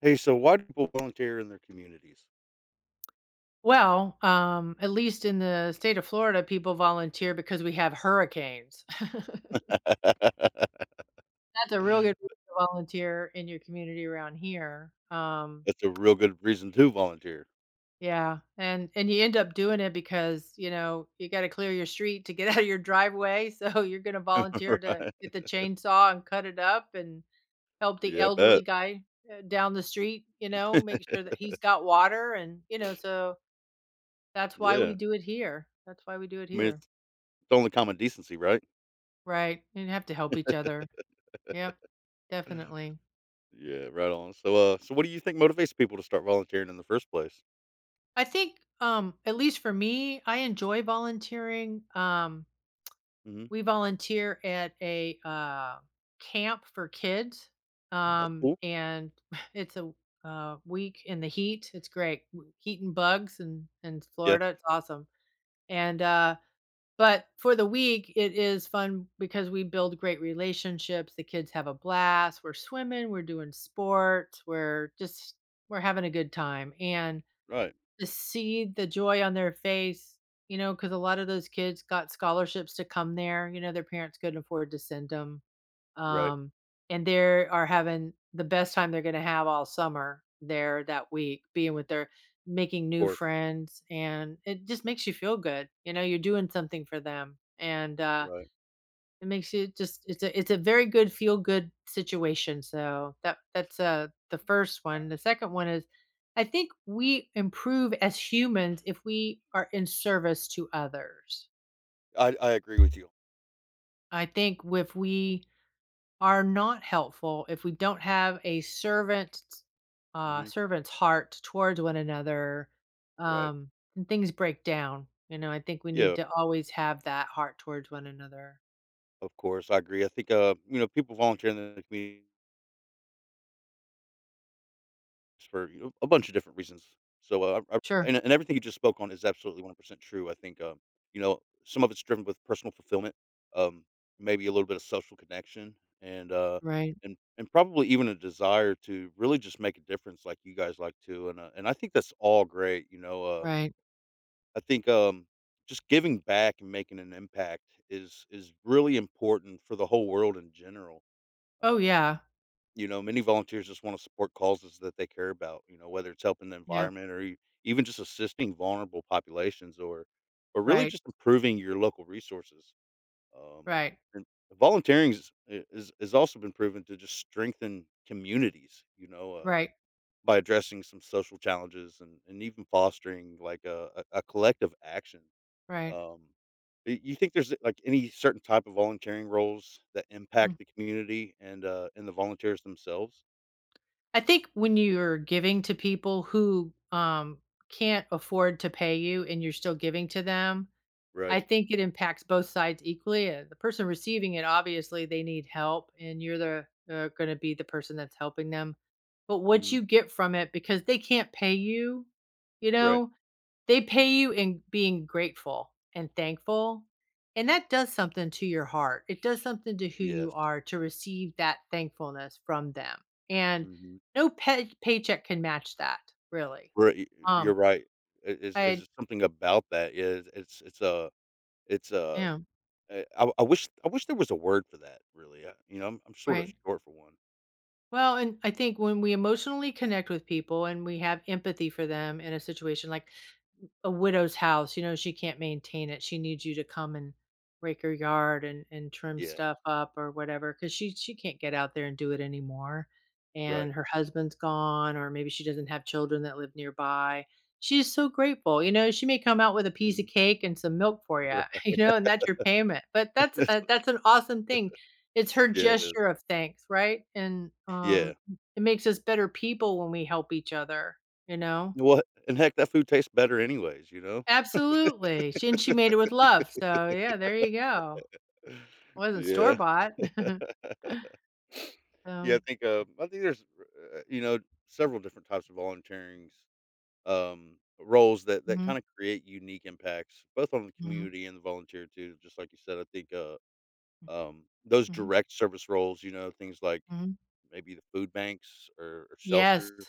Hey, so why do people volunteer in their communities? Well, at least in the state of Florida, people volunteer because we have hurricanes. That's a real good reason to volunteer in your community around here. That's a real good reason to volunteer, Yeah, and you end up doing it because you know you got to clear your street to get out of your driveway, so you're going to volunteer to right? get the chainsaw and cut it up and help the Yeah, I bet. elderly guy down the street. You know, make sure that he's got water, and you know, so that's why we Yeah. do it here. That's why we do it It's here. it's only common decency, right? Right, and have to help each other. Yep, definitely. Yeah, right on. So what do you think motivates people to start volunteering in the first place? I think, at least for me, I enjoy volunteering. Mhm. We volunteer at a camp for kids, That's cool. and it's a week in the heat. It's great. W Heat and bugs and in Yeah. Florida, it's awesome, and, uh But for the week, it is fun because we build great relationships. The kids have a blast. We're swimming, we're doing sports, we're having a good time. And Right. to see the joy on their face, you know, because a lot of those kids got scholarships to come there. You know, their parents couldn't afford to send them, Right. um, and they are having the best time they're going to have all summer there that week, being with their making Of new course. friends, and it just makes you feel good. You know, you're doing something for them, and Right. it makes you just it's a very good feel good situation. So that's the first one. The second one is, I think we improve as humans if we are in service to others. I agree with you. I think if we are not helpful, if we don't have a Mhm. servant's heart towards one another, Right. um and things break down. You know, I think we need Yeah. to always have that heart towards one another. Of course, I agree. I think people volunteer in the community for, a bunch of different reasons. So, uh, I I- Sure. and and everything you just spoke on is absolutely 100% true. I think, you know, some of it's driven with personal fulfillment, um, maybe a little bit of social connection, and, uh, Right. and probably even a desire to really just make a difference like you guys like to, and I think that's all great, Right. I think, just giving back and making an impact is really important for the whole world in general. Oh um yeah. Many volunteers just want to support causes that they care about, you know, whether it's helping the Yeah. environment even just assisting vulnerable populations, or really Right. just improving your local resources. Um, Right. and volunteering is also been proven to just strengthen communities, Right. by addressing some social challenges, and even fostering like a collective action. Right. Um, you think there's like any certain type of volunteering roles that Mm. impact the community and the volunteers themselves? I think when you're giving to people who, can't afford to pay you and you're still giving to them, I Right. think it impacts both sides equally. The person receiving it, obviously, they need help, and you're the going to be the person that's helping them. But what Mhm. you get from it, because they can't pay you, you Right. know, they pay you in being grateful and thankful. And that does something to your heart. It does something to who you Yes. are to receive that thankfulness from them. And Mhm. no paycheck can match that, really. Right, y You're Um, right. It's I, just something about that. Yeah, it's a yeah, I wish I wish there was a word for that, really. I'm sorta right. short for one. Well, and I think when we emotionally connect with people and we have empathy for them in a situation like a widow's house, you know, she can't maintain it. She needs you to come and rake her yard and trim Yeah, stuff up or whatever, cuz she can't get out there and do it anymore. And right. her husband's gone, or maybe she doesn't have children that live nearby. She's so grateful. You know, she may come out with a piece of Mhm. cake and some milk for you, Right. you know, and that's your payment. But that's an awesome thing. It's her Yeah, it is. gesture of thanks, right? And, Yeah. it makes us better people when we help each other, you know? What, and heck, that food tastes better anyways, you know? Absolutely. She made it with love, so yeah, there you go. It wasn't store Yeah. bought. Yeah, So, I think there's uh, you know, several different types of volunteerings, roles that mhm, kind of create unique impacts both on the mhm, community and the volunteer too. Just like you said, I think those mhm, direct service roles, you know, things like mhm. maybe the food banks, or Yes. shelters,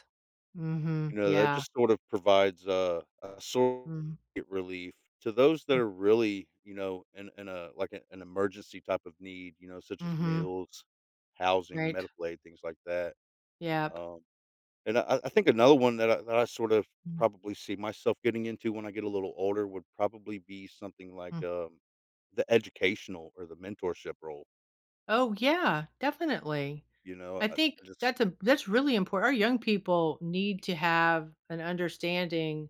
Mhm, you know, that yeah. just sort of provides a sort Mm, of relief to those that are really, you know, in a like an emergency type of need, you know, such as mhm, meals, housing, right. medical aid, things like that. Yep. um, and I think another one that I sort of Mm, probably see myself getting into when I get a little older would probably be something like, mm. The educational or the mentorship role, Oh, yeah, definitely. you know? I think I just that's really important. Our young people need to have an understanding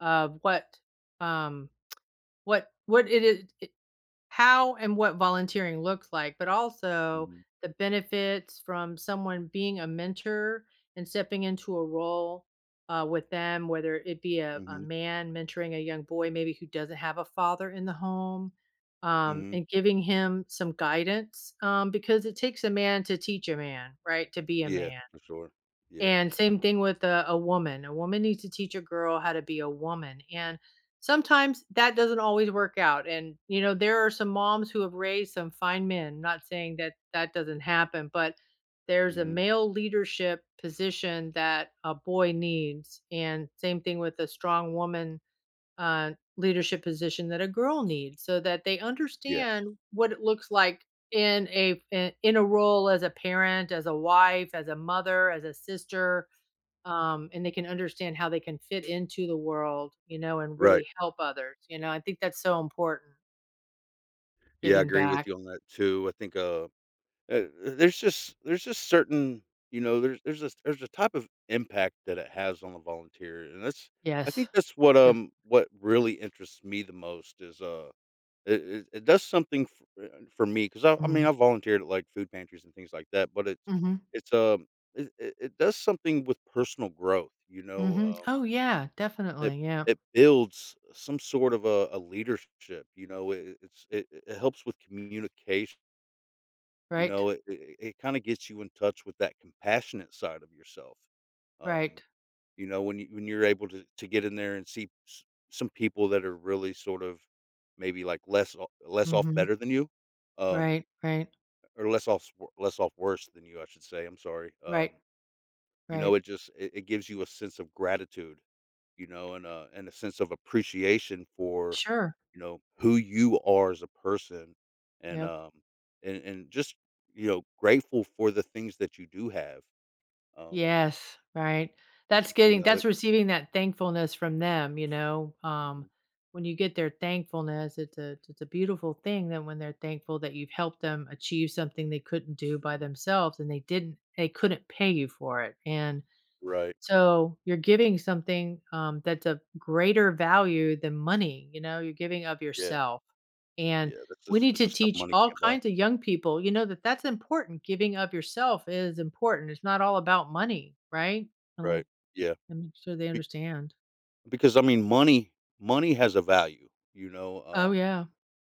of um, what it is, it how and what volunteering looks like, but also Mhm, the benefits from someone being a mentor and stepping into a role with them, whether it be a mhm, man mentoring a young boy, maybe who doesn't have a father in the home, mhm. and giving him some guidance, because it takes a man to teach a man, right? To be a Yeah, man. for sure. Yeah, And same thing with a woman. A woman needs to teach a girl how to be a woman. And sometimes that doesn't always work out. And, you know, there are some moms who have raised some fine men. Not saying that that doesn't happen, but there's a mhm, male leadership position that a boy needs. And same thing with a strong woman, leadership position that a girl needs so that they yeah, understand what it looks like in a in in a role as a parent, as a wife, as a mother, as a sister, and they can understand how they can fit into the world, you know, and right. really help others. You know, I think that's so important. Yeah, I Giving agree with back, you on that too. I think, there's just certain there's a there's a type of impact that it has on the volunteer, and that's I yes, think that's def- what really interests me the most is. It does something f for me, 'cause I mean, mm. I volunteered at, like, food pantries and things like that, but Mm-hmm, it's, it does something with personal growth, you know, mm-hmm. uh, Oh yeah, it definitely, yeah, it builds some sort of a leadership, you know, it it helps with communication, you right, know, it kinda gets you in touch with that compassionate side of yourself. right, um you know, when you're able to get in there and see s some people that are really sort of maybe, like, less off mm-hmm, better than you, um, right, right, or less off s less off worse than you, I should say, I'm sorry. right, You right. know, it just it gives you a sense of gratitude, you know, and a sense of appreciation for, Sure, you know, who you are as a person. and, yeah, um, and and just, you know, grateful for the things that you do have. Um, yes, right. That's you getting know, it that's receiving that thankfulness from them, you know. Mhm, When you get their thankfulness, it's a beautiful thing that when they're thankful that you've helped them achieve something they couldn't do by mhm, themselves, and they couldn't pay you for it. And right, so, you're giving something, that's of greater value than money, you know, you're giving of yeah. yourself, and Yeah, that's we just need to stuff teach money all can't buy. kinds of young people, you know, that that's important, giving of yourself is important, it's not all about money, right? Oh, Right. Yeah. and make sure they Be understand. Because, I mean, money has a value, you know. Oh, um, yeah.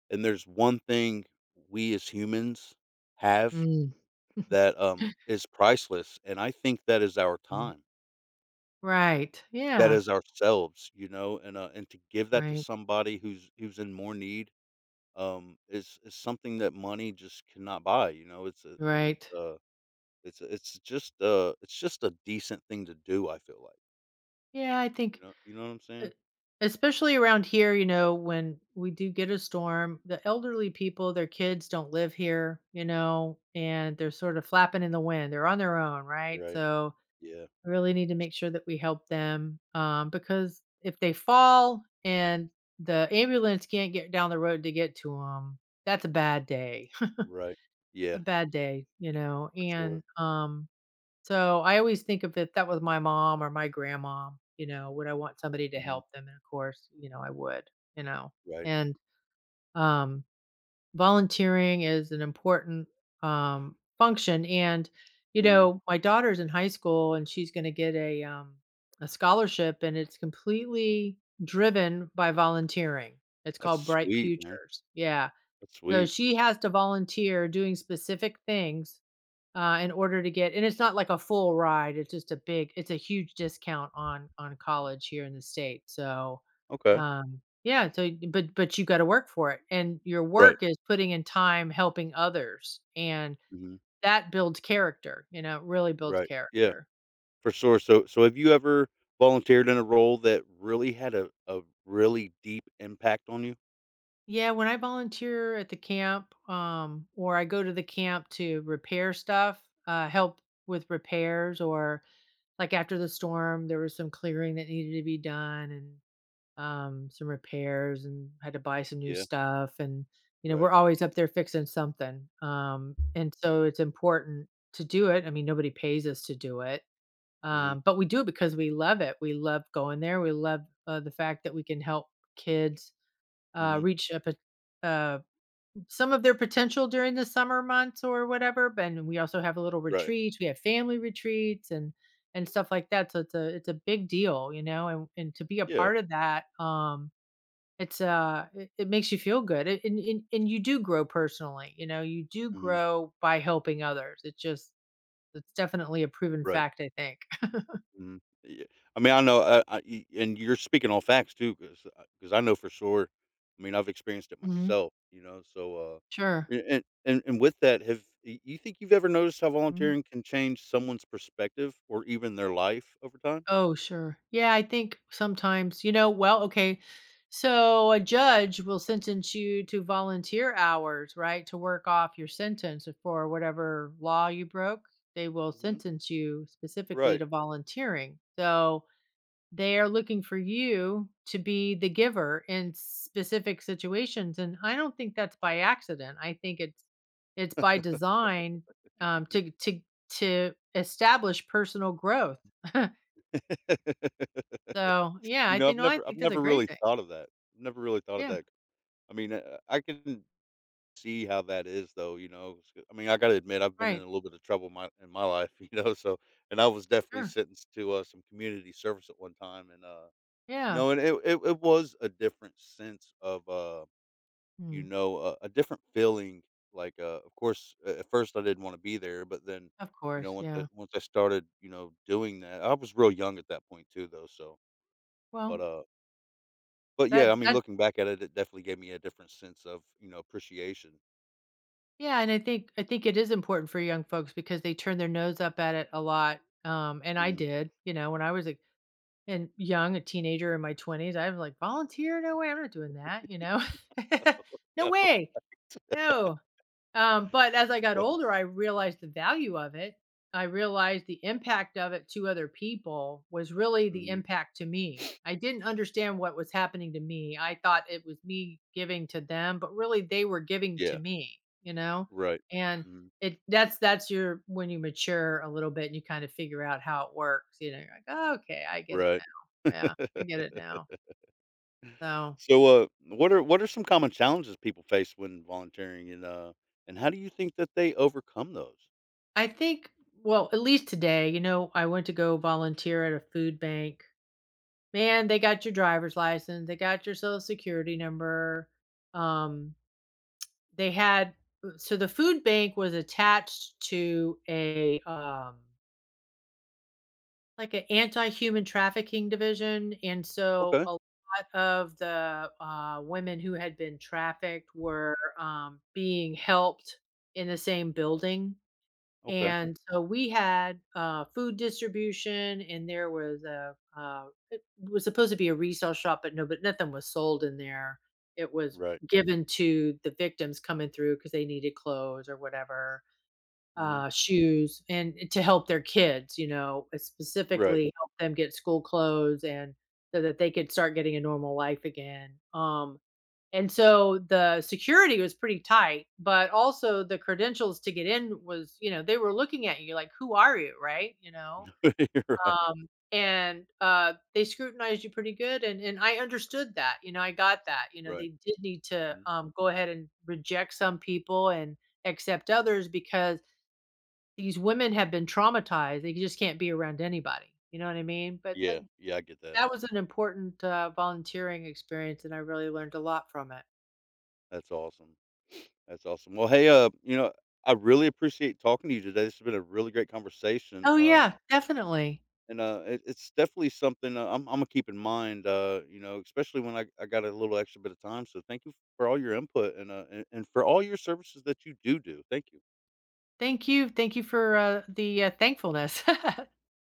and there's one thing we as humans have Mm. that, is priceless, and I think that is our Mm. time. Right. That Yeah. is ourselves, you know. And to give that to Right, somebody who's in more need, is something that money just cannot buy. You know, it's a and right. It's it's just a decent thing to do, I feel like. Yeah, I think You know what I'm E saying? especially around here, you know, when we do get a storm, the elderly people, their kids don't live here, you know, and they're sort of flapping in the wind. They're on their own, right? Right. So, Yeah, we really need to make sure that we help them, because if they fall and the ambulance can't get down the road to get to them, that's a bad day. right. A Yeah, bad day, you know, for sure. So, I always think of it, that was my mom or my grandma, you know, would I want somebody to Mhm, help them? And of course, you know, I would, you know. right. And um Volunteering is an important function, and you Mhm. know, my daughter's in high school and she's going to get a scholarship and it's completely driven by volunteering. It's That's called Bright sweet, man. Futures. Yeah. That's So sweet. she has to volunteer doing specific things in order to get, and it's not like a full ride, it's a huge discount on college here in the state, so Okay. Yeah, so but you got to work for it, and your Right. work is putting in time helping others, and Mhm. that builds character, you know, it really builds Right. Yeah, character. for sure. So, have you ever volunteered in a role that really had a really deep impact on you? Yeah, when I volunteer at the camp, or I go to the camp to repair stuff, help with repairs, or like after the storm, there was some clearing that needed to be done, and some repairs, and had to buy some new Yeah, stuff. And, you know, we're right. always up there fixing something. And so it's important to do it. I mean, nobody pays us to do it, Mhm, but we do it because we love it. We love going there. We love the fact that we can help kids uh, mhm, reach a, pot- uh, some of their potential during the summer months or whatever. But and we also have a little right. retreats. We have family retreats and stuff like that. So it's a big deal, you know. And to be a Yeah, part of that, it's, it it makes you feel good, a and you do grow personally, you know, you do mhm, grow by helping others. It's just it's definitely a proven right. fact, I think. Mm, yeah. I mean, I know, I y and you're speaking all facts too, because I know for sure. I mean, I've experienced it Mhm. myself, you know. So, Sure. a and with that, have y you think you've ever noticed how Mhm. volunteering can change someone's perspective, or even their life over time? Oh, sure. Yeah, I think sometimes, you know, well, okay, so a judge will sentence you to volunteer hours, right, to work off your sentence for whatever law you broke. They will Mhm. sentence you specifically Right. to volunteering. So they are looking for you to be the giver in specific situations, and I don't think that's by accident. I think it's by design, um, to to to establish personal growth. So, yeah, You I know, think no, I I've think that's a never great really thing. thought of that. I've never really thought of Yeah, that. I mean, I can see how that is though, you know? S I mean, I gotta admit, I've been in right, a little bit of trouble my in my life, you know. So, and I was definitely sure, sentenced to, some community service at one time. Yeah, And it was a different sense of, you mm, know, a different feeling, like, of course, a at first I didn't wanna be there, but then, of you know, course, once yeah. I started, you know, doing that. I was real young at that point too though, so. Well, But, uh but yeah, I that mean, that looking back at it, it definitely gave me a different sense of, you know, appreciation. yeah, and I think it is important for young folks because they turn their nose up at it a lot, and I Mhm. did, you know, when I was a and young, a teenager in my 20s, I was like, "Volunteer? No way, I'm not doing that," you know? "No way, no." But as I got older, I realized the value of it. I realized the impact of it to other people was really the Mhm. impact to me. I didn't understand what was happening to me. I thought it was me giving to them, but really they were giving to Yeah. me, you know? Right. And Mhm. it that's your when you mature a little bit and you kind of figure out how it works, you know, you're like, oh, okay, I get it Right. now. Yeah, I get it now. So So, what are some common challenges people face when volunteering, and how do you think that they overcome those? I think, well, at least today, you know, I went to go volunteer at a food bank. Man, they got your driver's license, they got your social security number, um, they had so the food bank was attached to like an anti-human trafficking division, and so Okay. a lot of the, women who had been trafficked were, being helped in the same building. Okay. And so we had food distribution, and there was a it was supposed to be a resale shop, but no, but nothing was sold in there. It was Right. given to the victims coming through because they needed clothes or whatever, Mhm. Shoes, and to help their kids, you know, Right. specifically help them get school clothes and so that they could start getting a normal life again. And so the security was pretty tight, but also the credentials to get in was, you know, they were looking at you like, "Who are you?" Right? You know? You're right. They scrutinized you pretty good, and I understood that, you know, I got that, you know, they Right. did need to, Mhm. Go ahead and reject some people and accept others because these women have been traumatized, they just can't be around anybody, you know what I mean? But Yeah. then Yeah, I get that. that was an important, volunteering experience, and I really learned a lot from it. That's awesome. That's awesome. Well, hey, you know, I really appreciate talking to you today. This has been a really great conversation. Oh, yeah, definitely. And, it it's definitely something I'm Imma keep in mind, you know, especially when I got a little extra bit of time. So, thank you for all your input, and, and for all your services that you do do. Thank you. Thank you. Thank you for, thankfulness.